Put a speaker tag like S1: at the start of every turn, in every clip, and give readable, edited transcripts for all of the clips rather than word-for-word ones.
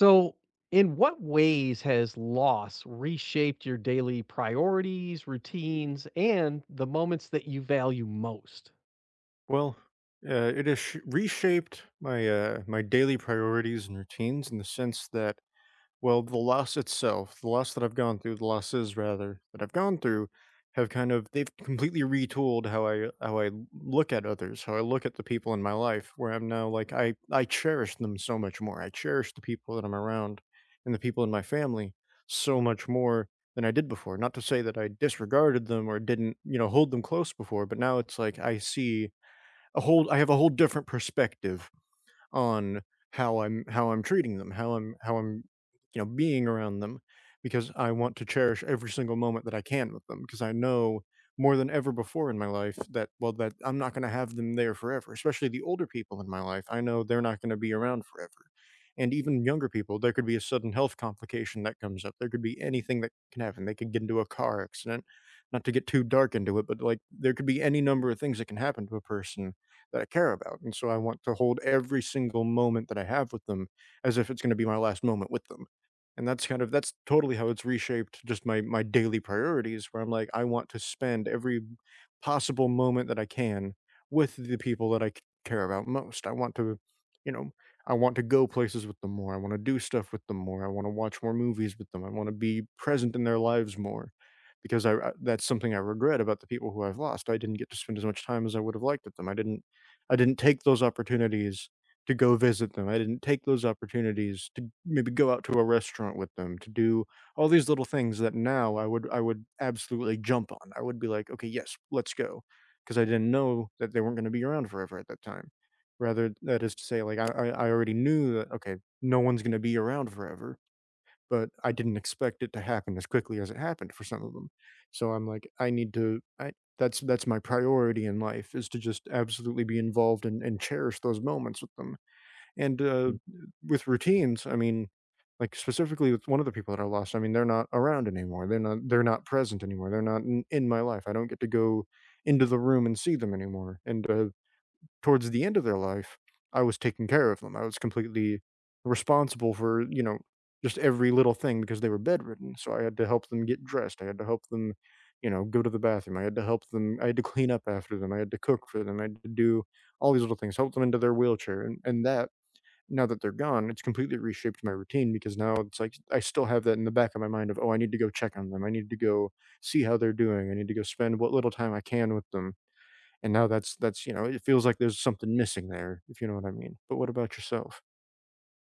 S1: So, in what ways has loss reshaped your daily priorities, routines, and the moments that you value most?
S2: Well, it has reshaped my my daily priorities and routines in the sense that, well, the loss itself, the losses rather that I've gone through, have kind of they've completely retooled how I look at others, how I look at the people in my life. Where I'm now like I cherish them so much more. I cherish the people that I'm around and the people in my family so much more than I did before. Not to say that I disregarded them or didn't hold them close before, but now it's like I see a whole I have a whole different perspective on how I'm treating them, how I'm being around them because I want to cherish every single moment that I can with them because I know more than ever before in my life that that I'm not going to have them there forever, especially the older people in my life. I know they're not going to be around forever. And even younger people, there could be a sudden health complication that comes up. There could be anything that can happen. They could get into a car accident. Not to get too dark into it, but like there could be any number of things that can happen to a person that I care about, and so I want to hold every single moment that I have with them as if it's gonna be my last moment with them, and that's kind of that's totally how it's reshaped just my daily priorities where I'm like, I want to spend every possible moment that I can with the people that I c care about most. I want to, you know, I want to go places with them more, I wanna do stuff with them more, I wanna watch more movies with them, I wanna be present in their lives more because I that's something I regret about the people who I've lost. I didn't get to spend as much time as I would have liked with them. I didn't take those opportunities to go visit them. I didn't take those opportunities to maybe go out to a restaurant with them, to do all these little things that now I would absolutely jump on. I would be like, "Okay, yes, let's go," go, because I didn't know that they weren't gonna be around forever at that time. Rather, that is to say, like, I already knew that, okay, no one's gonna be around forever but I didn't expect it to happen as quickly as it happened for some of them. So I'm like, I need to I that's my priority in life is to just absolutely be involved and, cherish those moments with them. And
S1: Mm.
S2: with routines, I mean, like specifically with one of the people that I lost, I mean, they're not around anymore. They're not present anymore. They're not in my life. I don't get to go into the room and see them anymore. And towards the end of their life, I was taking care of them. I was completely responsible for, just every little thing because they were bedridden. So I had to help them get dressed. I had to help them, go to the bathroom. I had to help them. I had to clean up after them. I had to cook for them. I had to do all these little things, help them into their wheelchair. And, that, now that they're gone, it's completely reshaped my routine because now it's like I still have that in the back of my mind of, oh, I need to go check on them. I need to go see how they're doing. I need to go spend what little time I can with them and now that's you know, it feels like there's something missing there, if you know what I mean. But what about yourself?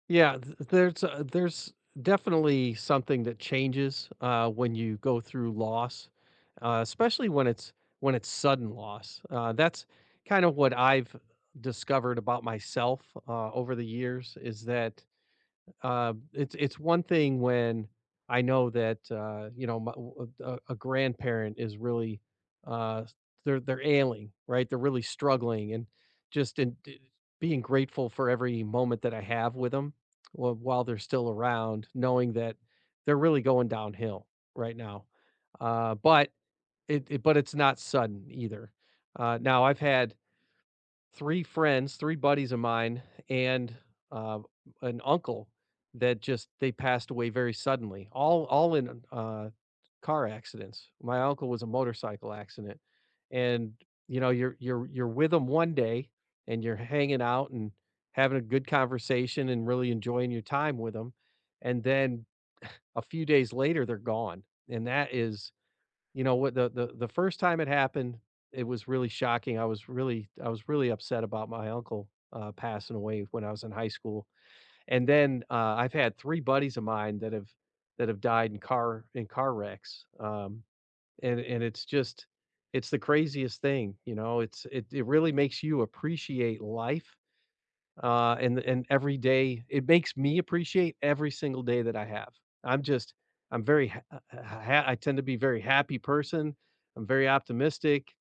S1: Yeah, there's definitely something that changes when you go through loss, especially when it's sudden loss. That's kind of what I've discovered about myself over the years is that it's one thing when I know that you know a grandparent is really uh, they're ailing, right? They're really struggling, and just in, d- being grateful for every moment that I have with them while they're still around, knowing that they're really going downhill right now. But it's not sudden either. Now I've had 3 friends, 3 buddies of mine, and, uh, an uncle that just they passed away very suddenly, all in, car accidents. My uncle was a motorcycle accident, and, you know, you're with them one day, and you're hanging out and having a good conversation and really enjoying your time with them, and then a few days later, they're gone, and that is you know what, the first time it happened, it was really shocking. I was really upset about my uncle, passing away when I was in high school, and then, I've had 3 buddies of mine that have died in car wrecks, and it's just it's the craziest thing, you know, it it really makes you appreciate life and every day it makes me appreciate every single day that I have. I'm just I'm very ha- ha- ha- I tend to be a very happy person. I'm very optimistic.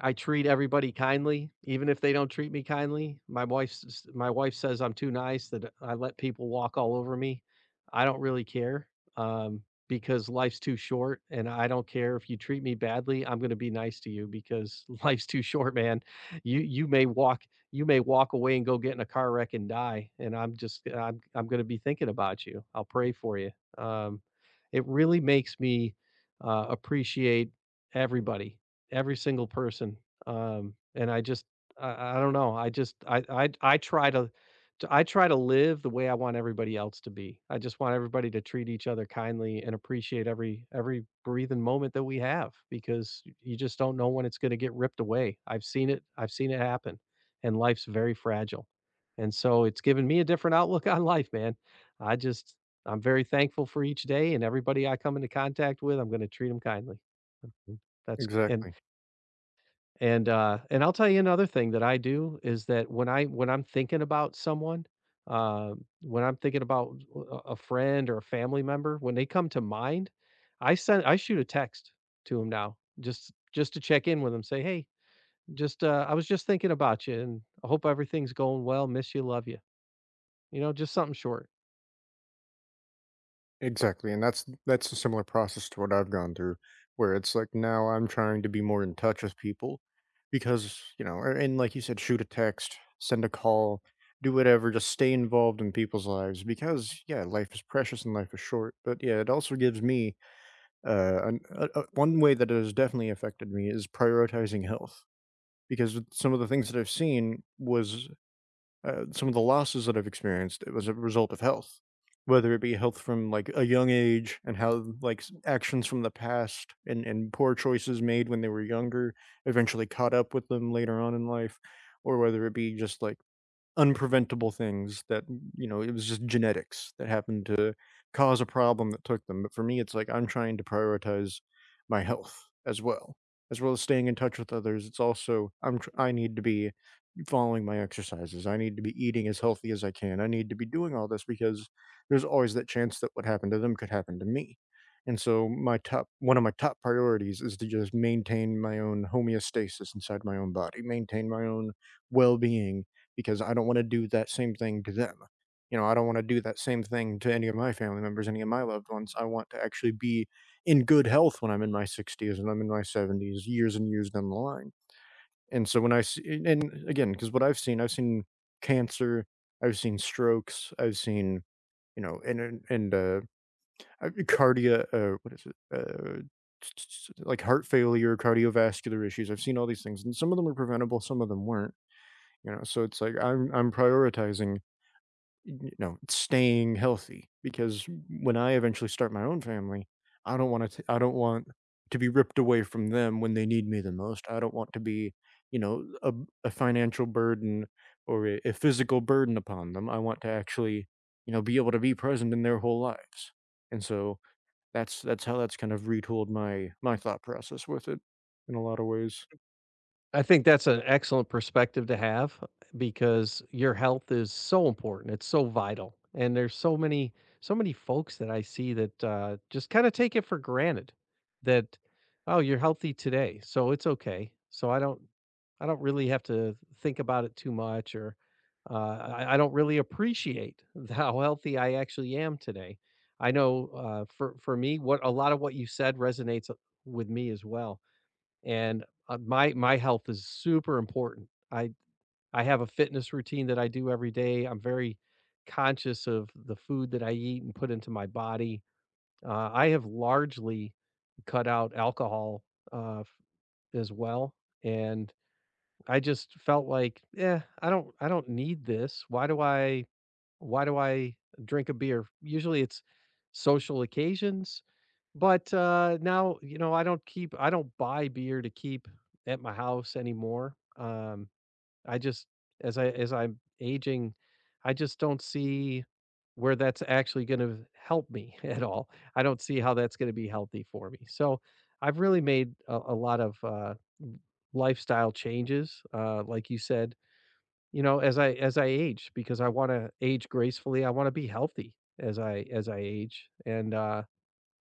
S1: I treat everybody kindly, even if they don't treat me kindly. My wife says I'm too nice, that I let people walk all over me. I don't really care, because life's too short, and I don't care if you treat me badly, I'm gonna be nice to you because life's too short, man. You you may walk you may walk away and go get in a car wreck and die, and I'm just I'm gonna be thinking about you. I'll pray for you. Um, it really makes me, appreciate everybody, every single person. And I just I don't know. I just I try I try to live the way I want everybody else to be. I just want everybody to treat each other kindly and appreciate every breathing moment that we have because you just don't know when it's going to get ripped away. I've seen it. I've seen it happen and life's very fragile. And so it's given me a different outlook on life, man. I just I'm very thankful for each day, and everybody I come into contact with, I'm going to treat them kindly. Mhm. That's and
S2: Exactly.
S1: and, and I'll tell you another thing that I do is that when I'm thinking about someone, when I'm thinking about a friend or a family member, when they come to mind, I shoot a text to them now just to check in with them, say, "Hey, just I was just thinking about you, and I hope everything's going well. Miss you, love you." You know, just something short.
S2: Exactly. And that's a similar process to what I've gone through where it's like now I'm trying to be more in touch with people because, you know, and like you said, shoot a text, send a call, do whatever, just stay involved in people's lives because yeah, life is precious and life is short. But yeah, it also gives me one way that it has definitely affected me is prioritizing health because with some of the things that I've seen was some of the losses that I've experienced, it was a result of health, whether it be health from like a young age and how actions from the past and, poor choices made when they were younger eventually caught up with them later on in life, or whether it be just like unpreventable things that, you know, it was just genetics that happened to cause a problem that took them. But for me, it's like I'm trying to prioritize my health as well. As well as staying in touch with others, it's also I need to be following my exercises. I need to be eating as healthy as I can. I need to be doing all this because there's always that chance that what happened to them could happen to me. And so my top one of my top priorities is to just maintain my own homeostasis inside my own body, maintain my own well-being because I don't want to do that same thing to them. You know, I don't want to do that same thing to any of my family members, any of my loved ones. I want to actually be in good health when I'm in my 60s and I'm in my 70s, years and years down the line. And so when I see and again, because what I've seen cancer, I've seen strokes, I've seen, you know, cardia what is it? Like heart failure, cardiovascular issues. I've seen all these things, and some of them were preventable, some of them weren't, you know? So it's like I'm prioritizing you know, staying healthy because when I eventually start my own family, I don't want to be ripped away from them when they need me the most. I don't want to be, you know, a financial burden or a physical burden upon them. I want to actually, you know, be able to be present in their whole lives. And so that's how that's kind of retooled my thought process with it in a lot of ways.
S1: I think that's an excellent perspective to have because your health is so important. It's so vital. And there's so many folks that I see that just kind of take it for granted that oh, you're healthy today, so it's okay. So I don't really have to think about it too much or I don't really appreciate how healthy I actually am today. I know for me, what a lot of what you said resonates with me as well and, my health is super important. I have a fitness routine that I do every day. I'm very conscious of the food that I eat and put into my body. I have largely cut out alcohol, f as well, and I just felt like, yeah, I don't need this. Why do I drink a beer? Usually, it's social occasions but, now, you know, I don't buy beer to keep at my house anymore. I just as I'm aging, I just don't see where that's actually gonna help me at all. I don't see how that's gonna be healthy for me. So, I've really made a lot of, lifestyle changes, like you said, you know, as I age because I wanna age gracefully. I wanna be healthy as I age,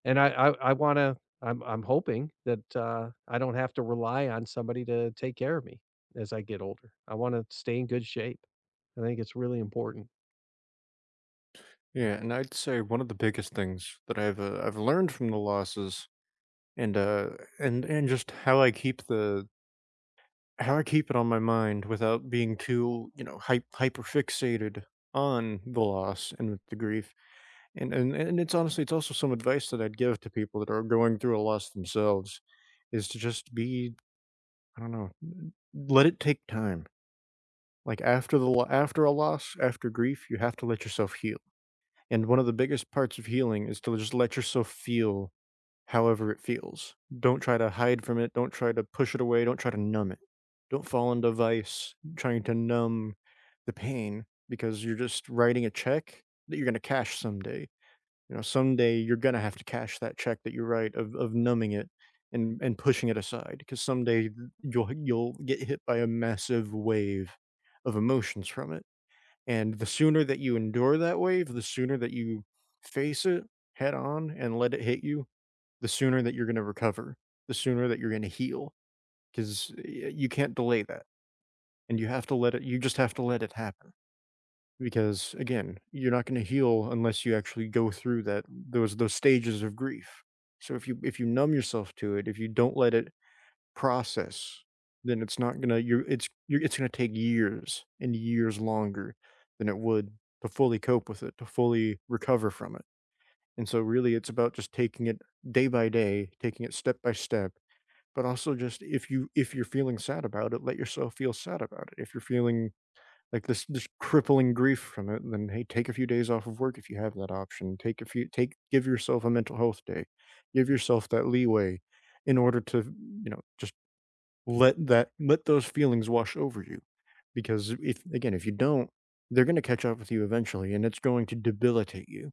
S1: and I'm hoping that, I don't have to rely on somebody to take care of me as I get older. I wanna stay in good shape. I think it's really important.
S2: Yeah, and I'd say one of the biggest things that I've learned from the losses And, uh, and just how I keep it on my mind without being too, you know, hyper fixated on the loss and the grief. And, it's honestly it's also some advice that I'd give to people that are going through a loss themselves is to just be I don't know, let it take time. Like after after a loss, after grief, you have to let yourself heal. And one of the biggest parts of healing is to just let yourself feel however it feels. Don't try to hide from it. Don't try to push it away. Don't try to numb it. Don't fall into vice trying to numb the pain because you're just writing a check that you're going to cash someday. You know, someday you're going to have to cash that check that you write of, numbing it and, pushing it aside because someday you'll get hit by a massive wave of emotions from it. And the sooner that you endure that wave, the sooner that you face it head on and let it hit you, the sooner that you're going to recover, the sooner that you're going to heal, because you can't delay that. And you have to let it, you just have to let it happen. Because again, you're not going to heal unless you actually go through that, those stages of grief. So if you numb yourself to it, if you don't let it process, then it's not going to, you're, it's going to take years and years longer than it would to fully cope with it, to fully recover from it. And so really it's about just taking it day by day, taking it step by step but also just if you if you're feeling sad about it, let yourself feel sad about it. If you're feeling like this crippling grief from it, then hey, take a few days off of work if you have that option. Take a few take Give yourself a mental health day. Give yourself that leeway in order to, you know, just let those feelings wash over you. Because if again, if you don't, they're gonna catch up with you eventually and it's going to debilitate you.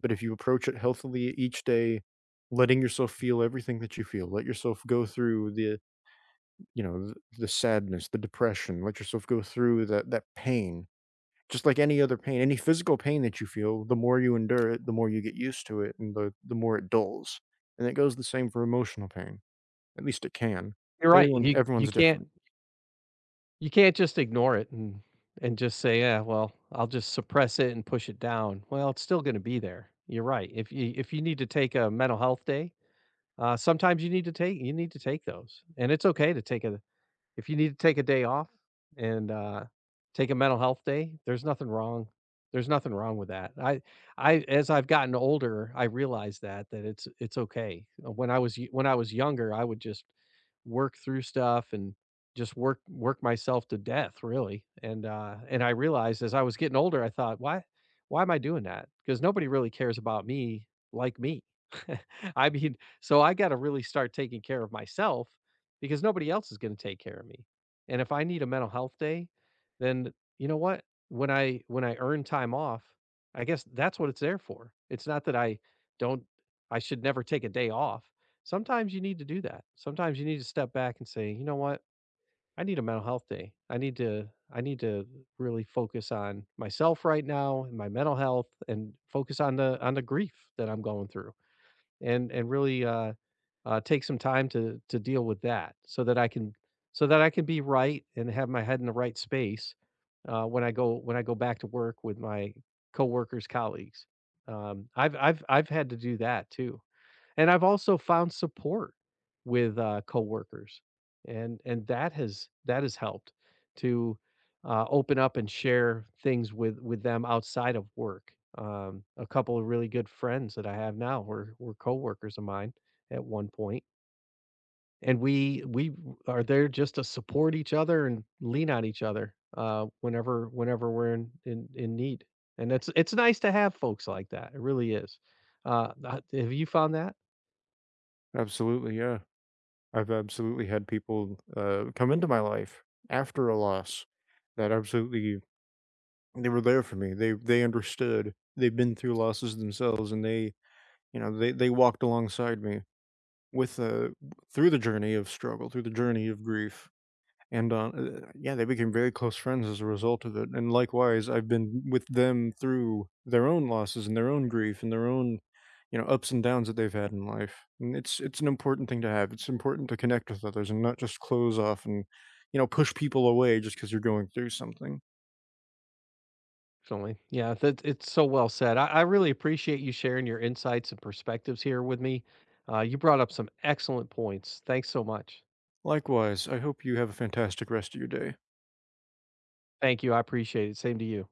S2: But if you approach it healthily each day, letting yourself feel everything that you feel let yourself go through the you know, the sadness, the depression, let yourself go through that pain. Just like any other pain, any physical pain that you feel, the more you endure it, the more you get used to it and the more it dulls. And it goes the same for emotional pain. At least it can.
S1: You're right,
S2: Everyone's different.
S1: you can't just ignore it and just say, "Yeah, well, I'll just suppress it and push it down." Well, it's still gonna be there. You're right. If you need to take a mental health day, sometimes you need to take those, and it's okay to take a. If you need to take a day off and, take a mental health day, there's nothing wrong with that. I as I've gotten older, I realize that it's okay. When I was younger, I would just work through stuff and just work work myself to death, really, and I realized as I was getting older, I thought, "Why am I doing that? Because nobody really cares about me like me. I mean, so I gotta really start taking care of myself because nobody else is gonna take care of me. And if I need a mental health day, then you know what? When I earn time off, I guess that's what it's there for. It's not that don't I should never take a day off. Sometimes you need to do that. Sometimes you need to step back and say, "You know what? I need a mental health day. I need to really focus on myself right now and my mental health and focus on the grief that I'm going through." And really take some time to deal with that so that I can so that I can be right and have my head in the right space when I go back to work with my coworkers, colleagues. I've had to do that too. And I've also found support with, coworkers, and that has helped to, open up and share things with them outside of work. A couple of really good friends that I have now were coworkers of mine at one point, and we are there just to support each other and lean on each other, whenever we're in need, and it's nice to have folks like that, it really is. Have you found that?
S2: Absolutely, yeah. I've absolutely had people, come into my life after a loss that absolutely they were there for me. They understood. They've been through losses themselves and they, you know, they walked alongside me with the through the journey of struggle, through the journey of grief, and yeah, they became very close friends as a result of it. And likewise, I've been with them through their own losses and their own grief and their own, you know, ups and downs that they've had in life. And it's an important thing to have. It's important to connect with others and not just close off and, you know, push people away just because you're going through something.
S1: Definitely. Yeah, that it's so well said. I really appreciate you sharing your insights and perspectives here with me. You brought up some excellent points. Thanks so much.
S2: Likewise, I hope you have a fantastic rest of your day.
S1: Thank you. I appreciate it. Same to you.